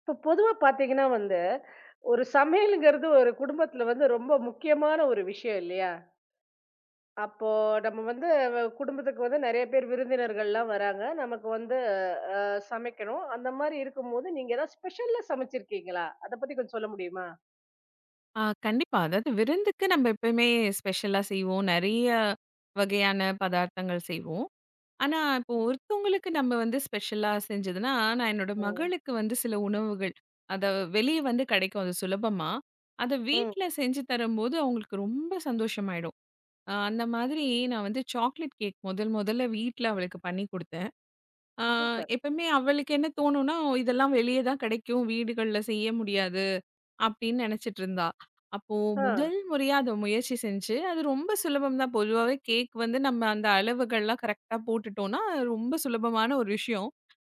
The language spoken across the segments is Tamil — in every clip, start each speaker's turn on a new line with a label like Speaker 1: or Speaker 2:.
Speaker 1: இப்ப பொதுவா பாத்தீங்கன்னா வந்து, ஒரு சமையல்ங்கிறது ஒரு குடும்பத்துல வந்து ரொம்ப முக்கியமான ஒரு விஷயம் இல்லையா? அப்போ நம்ம வந்து குடும்பத்துக்கு வந்து நெறைய பேர் விருந்தினர்கள்லாம் வராங்க. நமக்கு வந்து அ சமைக்கணும். அந்த மாரி இருக்கும்போது, நீங்க ஏதாவது ஸ்பெஷலா சமைச்சிருக்கீங்களா? அத பத்தி கொஞ்சம் சொல்ல முடியுமா?
Speaker 2: ஆ கண்டிப்பா. அதாவது விருந்துக்கு நம்ம எப்பயுமே ஸ்பெஷலா செய்வோம். நெறைய வகையான பதார்த்தங்கள் செய்வோம். ஆனா, இப்போ ஒருத்தவங்களுக்கு நம்ம வந்து ஸ்பெஷலா செஞ்சதுன்னா, நான் என்னோட
Speaker 1: ஓ!
Speaker 2: மகளுக்கு வந்து சில உணவுகள், அத வெளிய வந்து கிடைக்கும் அது சுலபமா. அத
Speaker 1: ம்.
Speaker 2: வீட்ல செஞ்சு தரும்போது அவங்களுக்கு ரொம்ப சந்தோஷமாயிடும். அந்த மாதிரி நான் வந்து சாக்லேட் கேக் முதல் முதல்ல வீட்ல அவளுக்கு பண்ணி குடுத்தேன். ஆ,
Speaker 1: சூப்பர்.
Speaker 2: எப்பவுமே அவளுக்கு என்ன தோணும்னா, இதெல்லாம் வெளிய தான் கிடைக்கும். வீடுகள்ல செய்ய முடியாது. அப்படின்னு நினைச்சிட்டு இருந்தா. அப்போ
Speaker 1: ஆ,
Speaker 2: முதல் முறையா அத முயற்சி செஞ்சு, அது ரொம்ப சுலபம் தான். பொதுவாவே கேக் வந்து நம்ம அந்த அளவுகள்லாம் கரெக்ட்டா போட்டுட்டோம்னா, அது ரொம்ப சுலபமான ஒரு விஷயம்.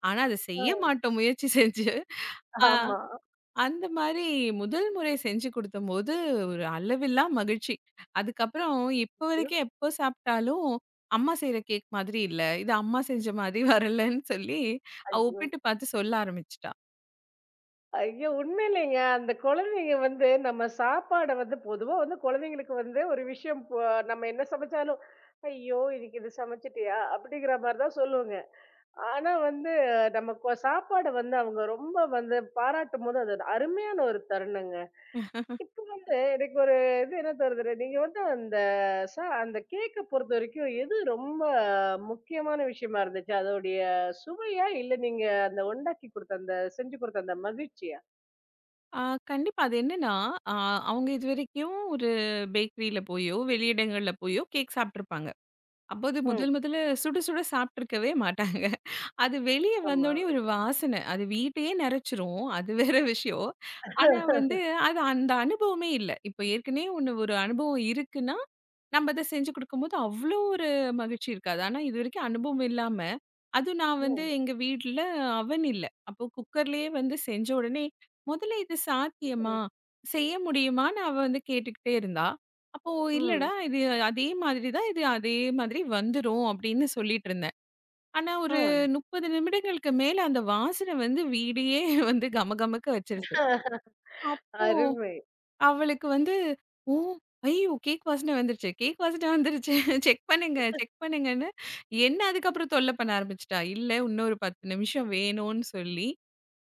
Speaker 2: ஆனா, அத செய்ய
Speaker 1: ஆ.
Speaker 2: மாட்டோம் முயற்சி செஞ்சு. ஆ.
Speaker 1: ஆமா.
Speaker 2: அந்த மாரி முதல் முறை செஞ்சு குடுத்தம்போது, ஒரு அளவில்லா மகிழ்ச்சி. அதுக்கப்புறம் இப்ப
Speaker 1: ஐயோ!
Speaker 2: வரைக்கும் எப்போ சாப்பிட்டாலும், அம்மா செய்ற கேக் மாதிரி இல்ல. இது அம்மா செஞ்ச மாதிரி வரலன்னு சொல்லி, அவ
Speaker 1: ஐயோ!
Speaker 2: ஒப்பிட்டு பார்த்து சொல்ல ஆரம்பிச்சுட்டா.
Speaker 1: ஐயோ! உண்மையிலேங்க. அந்த குழந்தைங்க வந்து நம்ம சாப்பாட வந்து பொதுவா வந்து குழந்தைங்களுக்கு வந்து ஒரு விஷயம் நம்ம என்ன சமைச்சாலும், "ஐயோ! இன்னைக்கு இது சமைச்சிட்டியா?" அப்படிங்கிற மாரி தான் சொல்லுங்க. ஆனா வந்து நம்ம சாப்பாட வந்து அவங்க ரொம்ப வந்து பாராட்டும்போது, அது ஒரு அருமையான ஒரு தருணங்க. இப்போ வந்து எனக்கு ஒரு இது என்ன தோணுதுன்னா, நீங்க வந்து அந்த ச அந்த கேக்க பொறுத்தவரைக்கும் எது ரொம்ப முக்கியமான விஷயமா இருந்துச்சு? அதோடைய சுவையா? இல்ல நீங்க அந்த உண்டாக்கி குடுத்த அந்த செஞ்சு குடுத்த அந்த மகிழ்ச்சியா?
Speaker 2: ஆ கண்டிப்பா. அது என்னன்னா, அ அவங்க இதுவரைக்கும் ஒரு பேக்கரியில போயோ, வெளியிடங்கள்ல போயோ கேக் சாப்ட்டுருப்பாங்க. அப்போது முதல்
Speaker 1: ம்.
Speaker 2: முதல்ல சுட சுட சாப்பிட்டுருக்கவே மாட்டாங்க. அது வெளிய
Speaker 1: ஆமா.
Speaker 2: வந்தோனே ஒரு வாசனை. அது வீட்டையே நெறச்சிரும். அது வேற விஷயம். ஆனா வந்து அது அந்த அனுபவமே இல்ல. இப்ப ஏற்கனவே ஒண்ணு ஒரு அனுபவம் இருக்குன்னா, நம்ம அத செஞ்சு குடுக்கும்போது அவ்ளோ ஒரு மகிழ்ச்சி இருக்காது. ஆனா இதுவரைக்கும் அனுபவம் இல்லாம, அதுவும் நான் வந்து
Speaker 1: ம்.
Speaker 2: எங்க வீட்ல அவன் இல்ல. அப்போ குக்கர்லயே வந்து செஞ்ச உடனே, "முதல்ல இது சாத்தியமா? செய்ய முடியுமான்னு?" அவ வந்து கேட்டுக்கிட்டே இருந்தா. அப்போ இல்லடா,
Speaker 1: ம்.
Speaker 2: இது அதே மாதிரி தான், இது அதே மாதிரி வந்துரும் அப்படின்னு சொல்லிட்டுருந்தேன். ஆனா
Speaker 1: ஆ.
Speaker 2: ஒரு 30 நிமிடங்களுக்கு மேல அந்த வாசனை வந்து வீடையே வந்து கமகமக்க வச்சிருச்சு. அப்
Speaker 1: அருமை.
Speaker 2: அவளுக்கு வந்து, "ஓ! ஐயோ! கேக் வாசனை வந்துருச்சு, கேக் வாசனை வந்துருச்சு. செக் பண்ணுங்க, செக் பண்ணுங்கன்னு" என்ன அதுக்கப்புறம் தொல்ல பண்ண ஆரம்பிச்சுட்டா. இல்ல இன்னும் ஒரு 10 நிமிஷம் வேணும்னு சொல்லி,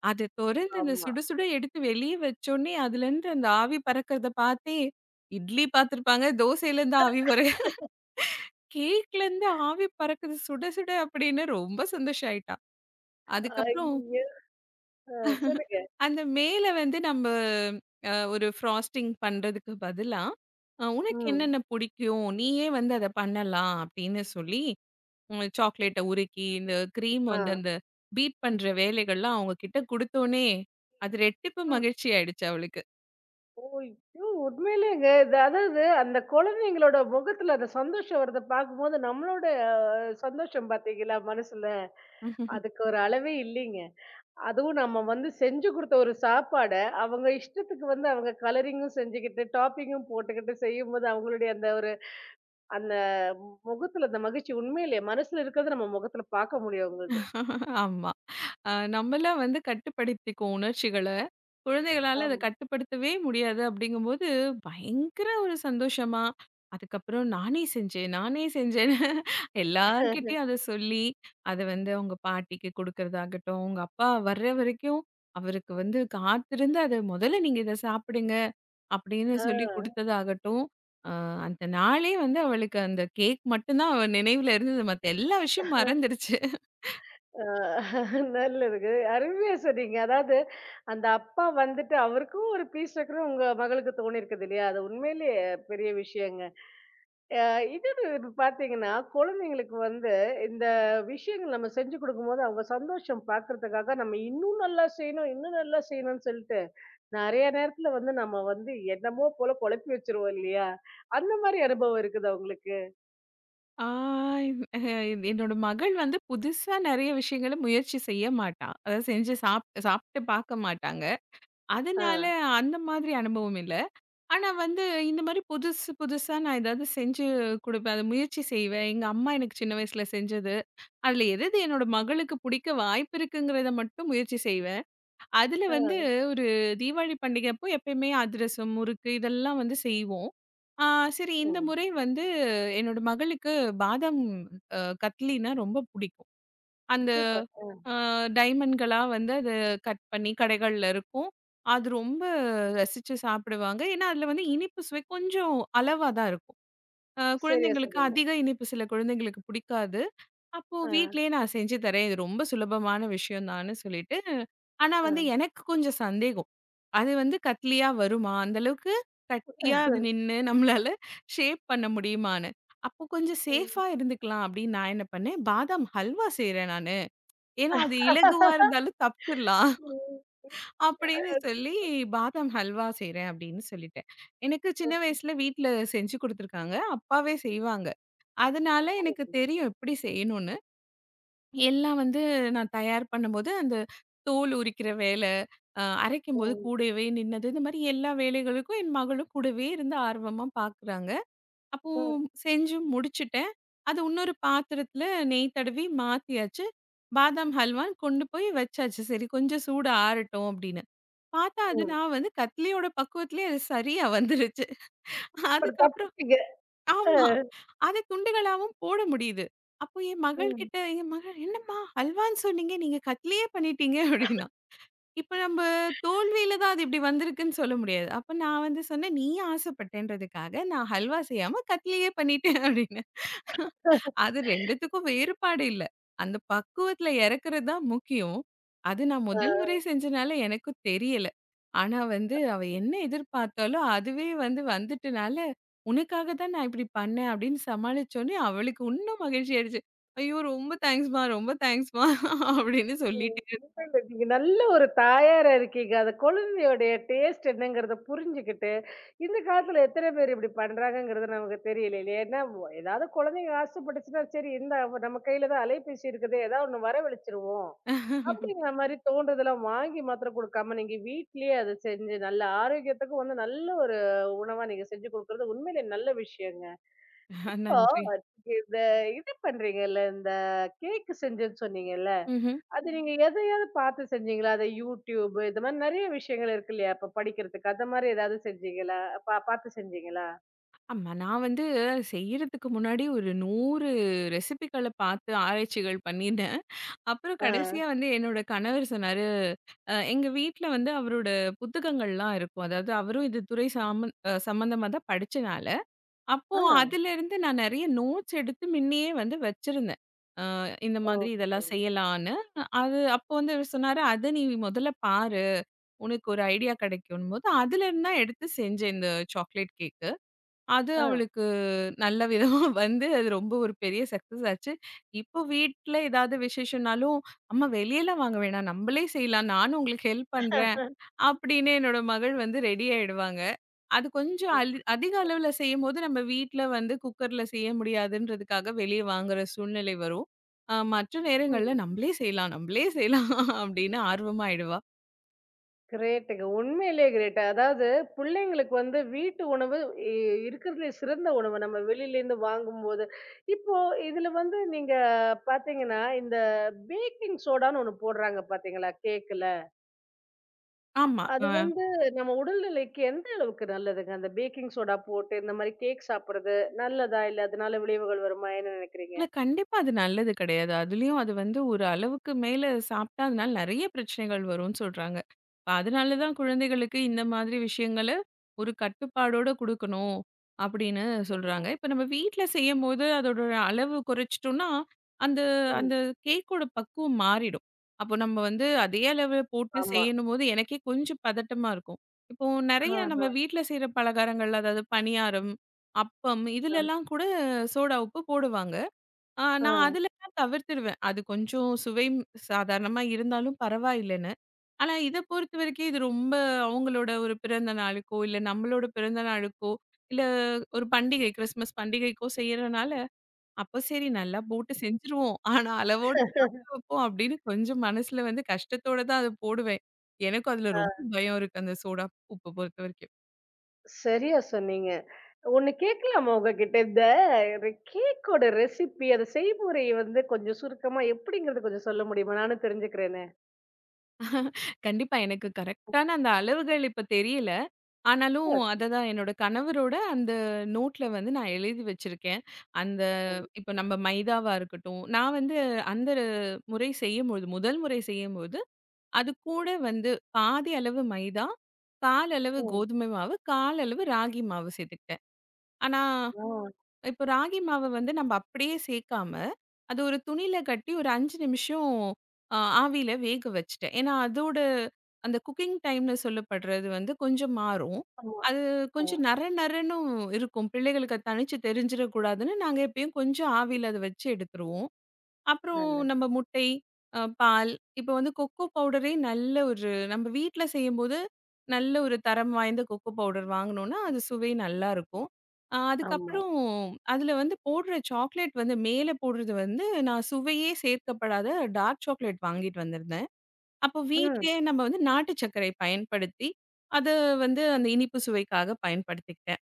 Speaker 2: அத தொறந்து அந்த
Speaker 1: ஆமா.
Speaker 2: சுட சுட எடுத்து வெளிய வச்சோனே, அதுலேருந்து அந்த ஆவி பறக்கிறத பார்த்தே, இட்லி பார்த்துருப்பாங்க, தோசையிலேருந்து ஆவி வர கேக்லருந்து ஆவி பறக்குது சுட சுட அப்படின்னு ரொம்ப சந்தோஷம் ஆயிட்டா. அதுக்கப்புறம்
Speaker 1: ஐயய்யோ! அ சொல்லுங்க.
Speaker 2: அந்த மேல வந்து நம்ப ஒரு ஃப்ராஸ்டிங் பண்றதுக்கு பதிலா, "உனக்கு
Speaker 1: ம்.
Speaker 2: என்னென்ன பிடிக்கும்? நீயே வந்து அத பண்ணலாம்" அப்படின்னு சொல்லி, சாக்லேட்ட உருக்கி, இந்த கிரீம்
Speaker 1: ஆ.
Speaker 2: வந்து அந்த பீட் பண்ற வேலைகள்லாம் அவங்க கிட்ட குடுத்தோனே, அது ரெட்டிப்பு
Speaker 1: ஆ.
Speaker 2: மகிழ்ச்சி ஆயிடுச்சு அவளுக்கு.
Speaker 1: ஓ! உண்மையிலேங்க இது அதாவது அந்த குழந்தைங்களோட முகத்துல அந்த சந்தோஷம் வரத பார்க்கும்போது, நம்மளோட சந்தோஷம் பார்த்தீங்களா மனசுல, அதுக்கு ஒரு அளவே இல்லைங்க. அதுவும் நம்ம வந்து செஞ்சு குடுத்த ஒரு சாப்பாட, அவங்க இஷ்டத்துக்கு வந்து அவங்க கலரிங்கும் செஞ்சுக்கிட்டு, டாப்பிங்கும் போட்டுக்கிட்டு செய்யும்போது, அவங்களுடைய அந்த ஒரு அந்த முகத்துல அந்த மகிழ்ச்சி உண்மையிலேயே மனசுல இருக்கிறத நம்ம முகத்துல பார்க்க முடியும் அவங்கள்து.
Speaker 2: ஆமா. நம்மலாம் வந்து கட்டுப்படுத்திக்குவோம் உணர்ச்சிகள. குழந்தைகளால அத
Speaker 1: ஆமா.
Speaker 2: கட்டுப்படுத்தவே முடியாது அப்படிங்கும்போது, பயங்கர ஒரு சந்தோஷமா, அதுக்கப்புறம் நானே செஞ்சேன், நானே செஞ்சேன்னு எல்லார்கிட்டயும் அத சொல்லி, அத வந்து அவங்க பாட்டிக்கு குடுக்கறதாகட்டும், அவங்க அப்பா வர்ற வரைக்கும் அவருக்கு வந்து காத்திருந்து அத "முதல்ல நீங்க இத சாப்பிடுங்க" அப்படின்னு
Speaker 1: ஆ,
Speaker 2: சொல்லி குடுத்ததாகட்டும். அ அந்த நாளே வந்து அவளுக்கு அந்த கேக் மட்டும் தான் அவ நினைவுல இருந்தது. மத்த எல்லா விஷயமும் மறந்துருச்சு.
Speaker 1: ஆ. நல்லதுங்க. அருமையா சொன்னீங்க. அதாவது, அந்த அப்பா வந்துட்டு அவருக்கும் ஒரு பீஸ் இருக்குன்னு உங்க மகளுக்கு தோணியிருக்குது இல்லையா? அது உண்மையிலேயே பெரிய விஷயங்க. அ இன்னொன்னு இப்ப பார்த்தீங்கன்னா, குழந்தைங்களுக்கு வந்து இந்த விஷயங்கள் நம்ம செஞ்சு குடுக்கும்போது, அவங்க சந்தோஷம் பார்க்கறதுக்காக நம்ம இன்னும் நல்லா செய்யணும், இன்னும் நல்லா செய்யணும்னு சொல்லிட்டு, நெறைய நேரத்துல வந்து நம்ம வந்து என்னமோ போல குழப்பி வச்சுருவோம் இல்லையா? அந்த மாரி அனுபவம் இருக்குதா உங்களுக்கு?
Speaker 2: ஆ அஹ என்னோட மகள் வந்து புதுசா நெறைய விஷயங்கள முயற்சி செய்ய மாட்டா. அதாவது செஞ்சு சாப்ட்டு பார்க்க மாட்டாங்க.
Speaker 1: ஆ,
Speaker 2: அதனால அந்த மாதிரி அனுபவம் இல்ல. ஆனா வந்து இந்த மாரி புதுசு புதுசா நான் ஏதாவது செஞ்சு குடுப்பேன். அத முயற்சி செய்வேன். எங்க அம்மா எனக்கு சின்ன வயசுல செஞ்சது. அதுல எது எது என்னோட மகளுக்கு பிடிக்க வாய்ப்பு இருக்குங்கிறத மட்டும் முயற்சி செய்வேன். அதுல வந்து
Speaker 1: ஆ.
Speaker 2: ஒரு தீபாவளி பண்டிகை அப்போ எப்பயுமே அதிரசம், முறுக்கு இதெல்லாம் வந்து செய்வோம். ஆ சரி இந்த
Speaker 1: ம்.
Speaker 2: முறை வந்து என்னோட மகளுக்கு பாதாம் கத்லினா ரொம்ப பிடிக்கும். அந்த
Speaker 1: சூப்பர்.
Speaker 2: அ டைமண்ட்களா வந்து அத கட் பண்ணி கடைகள்ல இருக்கும். அது ரொம்ப ரசிச்சு சாப்பிடுவாங்க. ஏன்னா அதுல வந்து இனிப்பு சுவை கொஞ்சம் அளவா தான் இருக்கும்.
Speaker 1: சரியா
Speaker 2: குழந்தைங்களுக்கு
Speaker 1: சொன்னீங்க.
Speaker 2: அதிக இனிப்பு சில குழந்தைங்களுக்கு பிடிக்காது. அப்போ
Speaker 1: ஆ,
Speaker 2: வீட்லயே நான் செஞ்சு தரேன். இது ரொம்ப சுலபமான விஷயம் தான்னு சொல்லிட்டு, ஆனா
Speaker 1: ஆ.
Speaker 2: வந்து எனக்கு கொஞ்சம் சந்தேகம். அது வந்து கட்லயா வருமா? அந்த அளவுக்கு கட்டியா அது நின்னு நம்மளால ஷேப் பண்ண முடியுமான்னு. அப்போ கொஞ்சம்
Speaker 1: ம்.
Speaker 2: சேஃபா இருந்துக்கலாம் அப்படின்னு நான் என்ன பண்ணேன், பாதாம் ஹல்வா செய்றேன் நானு. ஏன்னா அது இலகுவா இருந்தாலும் தப்பிச்சிடலாம்
Speaker 1: ம்.
Speaker 2: அப்படின்னு சொல்லி பாதாம் ஹல்வா செய்றேன் அப்படின்னு சொல்லிட்டேன். எனக்கு சின்ன வயசுல வீட்ல செஞ்சு குடுத்துருக்காங்க. அப்பாவே செய்வாங்க. அதனால எனக்கு தெரியும் எப்படி செய்யணும்னு. எல்லாம் வந்து நான் தயார் பண்ணும்போது, அந்த தோல் உரிக்கிற வேல, அரைக்கும்போது
Speaker 1: ம்.
Speaker 2: கூடவே நின்னது, இந்த மாரி எல்லா வேலைகளுக்கும் என் மகளும் கூடவே இருந்து ஆர்வமா பார்க்குறாங்க. அப்போ
Speaker 1: ம்.
Speaker 2: செஞ்சு முடிச்சுட்டேன். அது இன்னொரு பாத்திரத்துல நெய் தடவி மாத்தியாச்சு. பாதாம் ஹல்வான்னு கொண்டு போய் வச்சாச்சு. சரி கொஞ்சம் சூடு ஆறட்டும் அப்படின்னு. பார்த்தா அது
Speaker 1: ம்.
Speaker 2: நான் வந்து கட்லியோட பக்குவத்திலேயே அது சரியா வந்துருச்சு.
Speaker 1: அப்புறம்
Speaker 2: அதுக்கப்புறம்
Speaker 1: தப்பிச்சீங்க. ஆ.
Speaker 2: ஆமா. அத துண்டுகளாவும் போட முடியுது. அப்போ
Speaker 1: ம்.
Speaker 2: என் மகள் "என்னம்மா ஹல்வான்னு சொன்னீங்க, நீங்க கட்லயே பண்ணிட்டீங்க" அப்படின்னா. இப்ப நம்ப தோல்வியில தான் அது இப்படி வந்திருக்குன்னு சொல்ல முடியாது. அப்ப நான் வந்து சொன்னேன், "நீ ஆசைப்பட்டேன்றதுக்காக நான் ஹல்வா செய்யாம கட்லயே பண்ணிட்டேன்" அப்படின்னு. அது ரெண்டுக்கும் வேறுபாடு இல்ல. அந்த பக்குவத்துல இறக்குறது தான் முக்கியம். அது நான்
Speaker 1: ஆ.
Speaker 2: முதல் முறை செஞ்சனால எனக்கும் தெரியல. ஆனா வந்து அவ என்ன எதிர்பார்த்தாலோ, அதுவே வந்து வந்துட்டனால, "உனக்காக தான் நான் இப்படி பண்ணேன்" அப்படின்னு சமாளிச்சோனே, அவளுக்கு இன்னும் மகிழ்ச்சி ஆயிடுச்சு. "ஐயோ! ரொம்ப தேங்க்ஸ்மா, ரொம்ப தேங்க்ஸ்மா" அப்படின்னு சொல்லிட்டே
Speaker 1: இல்ல, இல்ல. நீங்க நல்ல ஒரு தாயாரா இருக்கீங்க. அந்த குழந்தையோடைய டேஸ்ட் என்னங்கிறத புரிஞ்சுகிட்டு, இந்த காலத்துல எத்தன பேர் இப்படி பண்றாங்கங்கிறது நமக்கு தெரியல இல்லையா? ஏன்னா, ஏதாவது குழந்தைங்க ஆசைப்பட்டுச்சுன்னா, சரி இந்தா நம்ம கையில தான் அலைபேசி இருக்குதே, ஏதாவது ஒண்ணு வரவழைச்சுருவோம்.
Speaker 2: ஆ
Speaker 1: அப்படிங்கிற மாரி தோன்றதெல்லாம் வாங்கி மாத்திரம் குடுக்காம, நீங்க வீட்லயே அத செஞ்சு நல்ல ஆரோக்கியத்துக்கும் வந்து நல்ல ஒரு உணவா நீங்க செஞ்சு குடுக்குறது உண்மையிலே நல்ல விஷயங்க. இப்போ
Speaker 2: நன்றி.
Speaker 1: இந்த இது பண்றீங்கல்ல, இந்த கேக் செஞ்சேன்னு சொன்னீங்கல்ல?
Speaker 2: ம்ஹ்ம்.
Speaker 1: அது நீங்க எதையாவது பார்த்து செஞ்சீங்களா? அத YouTube இந்த மாரி நெறைய விஷயங்கள் இருக்கு இல்லையா? இப்ப படிக்கிறதுக்கு அந்த மாரி ஏதாவது செஞ்சீங்களா? பார்த்து செஞ்சீங்களா?
Speaker 2: ஆமா. நான் வந்து செய்யறதுக்கு முன்னாடி ஒரு 100 ரெசிபிகள பார்த்து ஆராய்ச்சிகள் பண்ணிட்டேன். அப்புறம்
Speaker 1: ஆ.
Speaker 2: கடைசியா வந்து என்னோட கணவர் சொன்னாரு. எங்க வீட்ல வந்து அவரோட புத்தகங்கள்லாம் இருக்கும். அதாவது அவரும் இது துறை சாம அ சம்மந்தமா தான் படிச்சனால, அப்போ
Speaker 1: ஆ.
Speaker 2: அதுலருந்து நான் நெறைய நோட்ஸ் எடுத்து முன்னயே வந்து வச்சிருந்தேன். அ இந்த மாதிரி
Speaker 1: ஓகே.
Speaker 2: இதெல்லாம் செய்யலான்னு. அது அப்போ வந்து அவரு சொன்னாரு, "அத நீ முதல்ல பாரு. உனக்கு ஒரு ஐடியா கிடைக்கும்னும்போது" அதுலருந்து தான் எடுத்து செஞ்சேன் இந்த சாக்லேட் கேக். அது
Speaker 1: ஆ.
Speaker 2: அவளுக்கு நல்ல விதமா வந்து அது ரொம்ப ஒரு பெரிய சக்சஸ் ஆச்சு. இப்போ வீட்ல ஏதாவது விசேஷம்னாலும், "அம்மா வெளியலாம் வாங்க வேணாம். நம்பளே செய்யலாம். நானும் உங்களுக்கு ஹெல்ப் பண்றேன்." அப்படின்னு என்னோட மகள் வந்து ரெடி ஆயிடுவாங்க. அது கொஞ்சம் அதிக அளவுல செய்யும்போது நம்ம வீட்ல வந்து குக்கர்ல செய்ய முடியாதுன்றதுக்காக வெளிய வாங்குற சூழ்நிலை வரும். மற்ற நேரங்கள்ல
Speaker 1: ம்.
Speaker 2: "நம்பளே செய்யலாம், நம்பளே செய்யலாம்." அப்படின்னு ஆர்வமா ஆயிடுவா.
Speaker 1: கிரேட்டுங்க. உண்மையிலேயே கிரேட். அதாவது பிள்ளைங்களுக்கு வந்து வீட்டு உணவு இ இருக்கிறதுலயே சிறந்த உணவு. நம்ம வெளியிலேருந்து வாங்கும்போது. இப்போ இதுல வந்து நீங்க பார்த்தீங்கன்னா, இந்த பேக்கிங் சோடான்னு ஒண்ணு போடுறாங்க பார்த்தீங்களா? கேக்குல.
Speaker 2: ஆமா.
Speaker 1: அது
Speaker 2: அ.
Speaker 1: வந்து நம்ம உடல்நிலைக்கு எந்த அளவுக்கு நல்லதுங்க? அந்த பேக்கிங் சோடா போட்டு இந்த மாரி கேக் சாப்பிடுறது நல்லதா? இல்ல அதனால விளைவுகள் வருமா? என்ன நினைக்கிறீங்க?
Speaker 2: இல்ல கண்டிப்பா அது நல்லது கிடையாது. அதுலயும் அது வந்து ஒரு அளவுக்கு மேல சாப்பிட்டா, அதனால நெறைய பிரச்சனைகள் வரும்னு சொல்றாங்க. இப்ப அதனால தான் குழந்தைகளுக்கு இந்த மாதிரி விஷயங்கள ஒரு கட்டுப்பாடோட குடுக்கணும் அப்படின்னு சொல்றாங்க. இப்ப நம்ம வீட்ல செய்யும்போது அதோட அளவு குறைச்சுட்டோம்னா, அந்த
Speaker 1: ம்.
Speaker 2: அந்த கேக்கோட பக்குவம் மாறிடும். அப்போ நம்ம வந்து அதே அளவு போட்டு
Speaker 1: ஆமா.
Speaker 2: செய்யணும்போது எனக்கே கொஞ்சம் பதட்டமா இருக்கும். இப்போ நெறைய நம்ம
Speaker 1: ஆஹா.
Speaker 2: வீட்ல செய்ற பலகாரங்கள், அதாவது பணியாரம், அப்பம்
Speaker 1: ஆ.
Speaker 2: இதுலலாம் கூட சோடா உப்பு போடுவாங்க. ஆ நான்
Speaker 1: ஆ.
Speaker 2: அதுலலாம் தவிர்த்துருவேன். அது கொஞ்சம் சுவை சாதாரணமா இருந்தாலும் பரவாயில்லன்னு. ஆனா இத பொறுத்தவரைக்கும் இது ரொம்ப அவங்களோட ஒரு பிறந்த நாளுக்கோ, இல்ல நம்மளோட பிறந்த நாளுக்கோ, இல்ல ஒரு பண்டிகை கிறிஸ்மஸ் பண்டிகைக்கோ செய்யறனால, அப்ப சரி நல்லா போட்டு செஞ்சுருவோம். ஆனா அளவோட வைப்போம் அப்படின்னு கொஞ்சம் மனசுல வந்து கஷ்டத்தோட தான் அத போடுவேன். எனக்கும் அதுல ரொம்ப
Speaker 1: ஆ.
Speaker 2: பயம் இருக்கு அந்த சோடா உப்ப பொறுத்தவரைக்கும்.
Speaker 1: சரியா சொன்னீங்க. ஒண்ணு கேட்கலாமா உங்ககிட்ட? இந்த கேக்கோட ரெசிபி அத செய்முறை வந்து கொஞ்சம் சுருக்கமா எப்படிங்கிறது கொஞ்சம் சொல்ல முடியுமா? நானும் தெரிஞ்சுக்கிறேனே.
Speaker 2: கண்டிப்பா. எனக்கு கரெக்ட்டான அந்த அளவுகள் இப்ப தெரியல. ஆனாலும்
Speaker 1: அ.
Speaker 2: அததான் என்னோட கணவரோட அந்த நோட்ல வந்து நான் எழுதி வச்சிருக்கேன். அந்த
Speaker 1: ம்.
Speaker 2: இப்ப நம்ம மைதாவா இருக்கட்டும், நான் வந்து அந்த முறை செய்யும்பொழுது, முதல் முறை செய்யும்போது, அது கூட வந்து பாதி அளவு மைதா, கால் அளவு
Speaker 1: ம்.
Speaker 2: கோதுமை மாவு, கால் அளவு ராகி மாவு சேர்த்துக்கிட்டேன். ஆனா
Speaker 1: ஆ.
Speaker 2: இப்போ ராகி மாவு வந்து நம்ம அப்படியே சேர்க்காம, அது ஒரு துணியில கட்டி ஒரு 5 நிமிஷம் ஆவியில வேக வச்சுட்டேன். ஏன்னா, அதோட அந்த குக்கிங் டைம்னு சொல்லப்படுறது வந்து கொஞ்சம் மாறும்.
Speaker 1: ஆமா.
Speaker 2: அது
Speaker 1: ஆமா.
Speaker 2: கொஞ்சம் நற நறன்னும் இருக்கும். பிள்ளைகளுக்கு அது தனிச்சு தெரிஞ்சிடக்கூடாதுன்னு, நாங்க எப்பயும் கொஞ்சம் ஆவியில அத வச்சு எடுத்துருவோம். அப்புறம்
Speaker 1: நல்லது.
Speaker 2: நம்ம முட்டை, பால். இப்போ வந்து கொக்கோ பவுடரே நல்ல ஒரு நம்ம வீட்ல செய்யும்போது, நல்ல ஒரு தரம் வாய்ந்த கொக்கோ பவுடர் வாங்குனோம்னா, அது சுவை நல்லாருக்கும்.
Speaker 1: ஆமா.
Speaker 2: அதுக்கப்புறம் அதில வந்து போடுற சாக்லேட் வந்து மேல போடுறது வந்து, நான் சுவையே சேர்க்கப்படாத டார்க் சாக்லேட் வாங்கிட்டு வந்திருந்தேன். அப்போ
Speaker 1: ம்.
Speaker 2: வீட்லயே நம்ம வந்து நாட்டு சர்க்கரை பயன்படுத்தி, அத வந்து அந்த
Speaker 1: ம்.
Speaker 2: இனிப்பு சுவைக்காக பயன்படுத்திக்கிட்டேன்.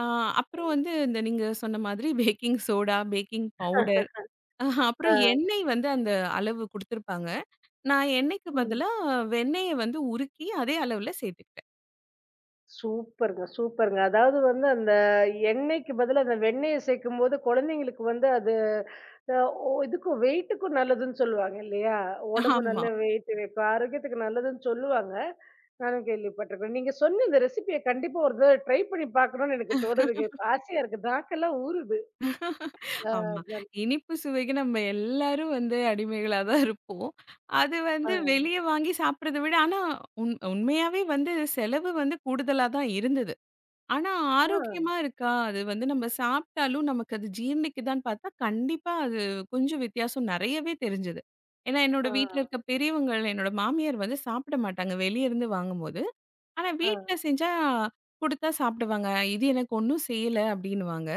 Speaker 2: அ அப்புறம் வந்து இந்த நீங்க சொன்ன மாதிரி பேக்கிங் சோடா, பேக்கிங் பவுடர் ஆஹா,
Speaker 1: ஆ.
Speaker 2: அப்புறம் எண்ணெய் வந்து அந்த அளவு குடுத்துருப்பாங்க. நான் எண்ணெய்க்கு
Speaker 1: ம்.
Speaker 2: பதிலா வெண்ணெய வந்து உருக்கி அதே அளவுல சேர்த்துக்கிட்டேன்.
Speaker 1: சூப்பர்ங்க, சூப்பர்ங்க. அதாவது வந்து அந்த எண்ணெய்க்கு பதிலா அந்த வெண்ணெய சேர்க்கும்போது குழந்தைங்களுக்கு வந்து அது அ ஒ இதுக்கும் வெயிட்டுக்கும் நல்லதுன்னு சொல்லுவாங்க இல்லையா? உடம்பு
Speaker 2: ஆமா,
Speaker 1: நல்ல வெயிட் இப்ப ஆரோக்கியத்துக்கு நல்லதுன்னு சொல்லுவாங்க. நானும் கேள்விப்பட்டிருக்கேன். நீங்க சொன்ன இந்த ரெசிபிய கண்டிப்பா ஒரு தடவ ட்ரை பண்ணி பார்க்கணும்னு எனக்கு தோணுதுங்க. இப்ப ஆசையா இருக்கு. நாக்கெல்லாம் ஊறுது. அ,
Speaker 2: ஆமா. இனிப்பு சுவைக்கு நம்ம எல்லாரும் வந்து அடிமைகளா தான் இருப்போம். அது
Speaker 1: அ,
Speaker 2: வந்து வெளிய வாங்கி சாப்பிடுறத விட ஆனா உண்மையாவே வந்து செலவு வந்து கூடுதலா தான் இருந்தது. ஆனா,
Speaker 1: ஆ,
Speaker 2: ஆரோக்கியமா இருக்கா? அது வந்து நம்ம சாப்பிட்டாலும் நமக்கு அது ஜீரணிக்குதான்னு பார்த்தா, கண்டிப்பா அது கொஞ்சம் வித்தியாசம் நெறையவே தெரிஞ்சது. ஏன்னா, என்னோட
Speaker 1: ஆ,
Speaker 2: வீட்ல இருக்க பெரியவங்கள், என்னோட மாமியார் வந்து சாப்பிட மாட்டாங்க, வெளிய இருந்து வாங்கும்போது. ஆனா,
Speaker 1: ஆ,
Speaker 2: வீட்ல செஞ்சா குடுத்தா சாப்பிடுவாங்க. "இது எனக்கு ஒண்ணும் செய்யல" அப்படின்னுவாங்க.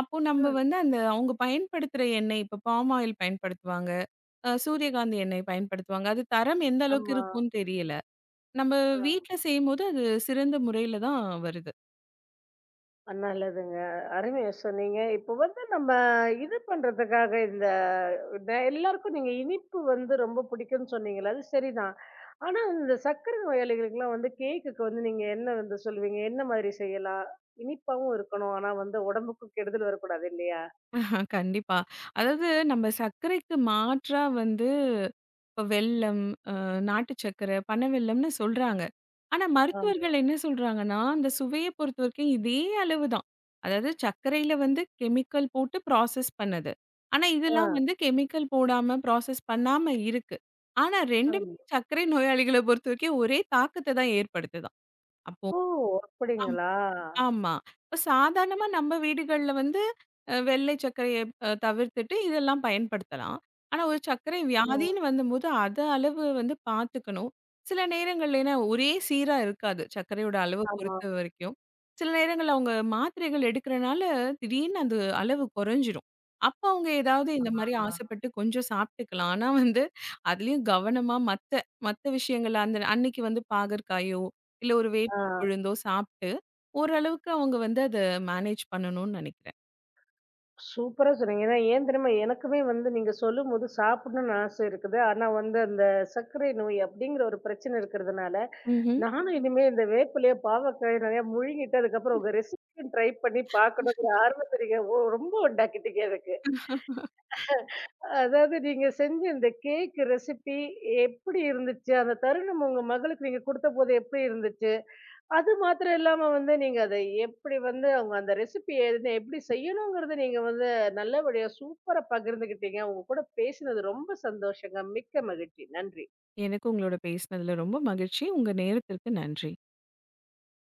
Speaker 2: அப்போ
Speaker 1: ஆ,
Speaker 2: நம்ம வந்து அந்த அவங்க பயன்படுத்துற எண்ணெய், இப்ப பாம் ஆயில் பயன்படுத்துவாங்க, சூரியகாந்தி எண்ணெய் பயன்படுத்துவாங்க. அது தரம் எந்த அளவுக்கு
Speaker 1: ஆமா.
Speaker 2: இருக்கும்னு தெரியல. நம்ம
Speaker 1: ஆ.
Speaker 2: வீட்ல செய்யும்போது அது சிறந்த முறையில தான் வருது.
Speaker 1: நல்லதுங்க. அருமையா சொன்னீங்க. இப்போ வந்து நம்ம இது பண்றதுக்காக இந்த இந்த எல்லாருக்கும் நீங்க இனிப்பு வந்து ரொம்ப பிடிக்கும்னு சொன்னீங்கல்ல, அது சரிதான். ஆனா இந்த சர்க்கரை நோயாளிகளுக்கெல்லாம் வந்து கேக்குக்கு வந்து நீங்க என்ன வந்து சொல்லுவீங்க? என்ன மாதிரி செய்யலாம்? இனிப்பாவும் இருக்கணும். ஆனா வந்து உடம்புக்கும் கெடுதல் வரக்கூடாது இல்லையா?
Speaker 2: ஆ கண்டிப்பா. அதாவது நம்ம சர்க்கரைக்கு மாற்றா வந்து இப்ப வெல்லம், அ நாட்டு சர்க்கரை, பனவெல்லம்னு சொல்றாங்க. ஆனா
Speaker 1: ஆமா.
Speaker 2: மருத்துவர்கள் என்ன சொல்றாங்கன்னா, அந்த சுவைய பொறுத்தவரைக்கும் இதே அளவு தான். அதாவது சர்க்கரையில வந்து கெமிக்கல் போட்டு ப்ராசஸ் பண்ணது. ஆனா
Speaker 1: ஆ.
Speaker 2: இதெல்லாம் வந்து கெமிக்கல் போடாம, ப்ராசஸ் பண்ணாம இருக்கு. ஆனா ரெண்டுமே
Speaker 1: ஆமா.
Speaker 2: சர்க்கரை நோயாளிகள பொறுத்தவரைக்கும் ஒரே தாக்கத்த தான் ஏற்படுத்துதாம். அப்போ
Speaker 1: ஓ! அப்படிங்களா?
Speaker 2: ஆமா. இப்ப சாதாரணமா நம்ம வீடுகள்ல வந்து வெள்ளை சர்க்கரைய தவிர்த்துட்டு இதெல்லாம் பயன்படுத்தலாம். ஆனா, ஒரு சர்க்கரை
Speaker 1: ஆ.
Speaker 2: வியாதின்னு வந்தம்போது, அத அளவு வந்து பார்த்துக்கணும். சில நேரங்கள்ல ஏன்னா ஒரே சீரா இருக்காது, சர்க்கரையோட அளவு
Speaker 1: ஆமா.
Speaker 2: பொறுத்தவரைக்கும். சில நேரங்கள்ல அவங்க மாத்திரைகள் எடுக்கிறனால, திடீர்னு அந்த அளவு குறைஞ்சிரும். அப்ப அவங்க ஏதாவது இந்த
Speaker 1: ஆமா.
Speaker 2: மாரி ஆசைப்பட்டு கொஞ்சம் சாப்பிட்டுக்கலாம். ஆனா வந்து, அதுலயும் கவனமா மத்த மத்த விஷயங்கள் அந்த அன்னைக்கு வந்து பாகற்காயோ, இல்ல ஒரு
Speaker 1: ஆ. ஆ.
Speaker 2: வேப்பிலை கொழுந்தோ சாப்ட்டு ஓரளவுக்கு அவங்க வந்து அத மேனேஜ் பண்ணணும்னு நினைக்கிறேன்.
Speaker 1: சூப்பரா சொன்னீங்க. ஏன்னா ஏன் தெரியுமா? எனக்குமே வந்து நீங்க சொல்லும்போது சாப்பிடணும்னு ஆசை இருக்குது. ஆனா வந்து அந்த சர்க்கரை நோய் அப்படிங்கிற ஒரு பிரச்சனை இருக்கிறதுனால,
Speaker 2: ம்ஹ்ம்.
Speaker 1: நானும் இனிமே இந்த வேப்பிலையோ, பாவக்காயோ நெறையா முழுங்கிட்டு அதுக்கப்புறம் உங்க ரெசிபியும் ட்ரை பண்ணி பார்க்கணுங்கிற ஆர்வத்த நீங்க ரொம்ப உண்டாக்கிட்டீங்க எனக்கு. அதாவது நீங்க செஞ்ச இந்த கேக் ரெசிபி எப்படி இருந்துச்சு? அந்த தருணம் உங்க மகளுக்கு நீங்க குடுத்தபோது எப்படி இருந்துச்சு? அது மாத்திரம் இல்லாம வந்து நீங்க அதை எப்படி வந்து அவங்க அந்த ரெசிபி எழுதின எப்படி செய்யணுங்கிறத நீங்க வந்து நல்லபடியா சூப்பரா பகிர்ந்துகிட்டீங்க. உங்க கூட பேசினது ரொம்ப சந்தோஷங்க. மிக்க மகிழ்ச்சி. நன்றி.
Speaker 2: எனக்கு உங்களோட பேசினதுல ரொம்ப மகிழ்ச்சி. உங்க நேரத்திற்கு நன்றி.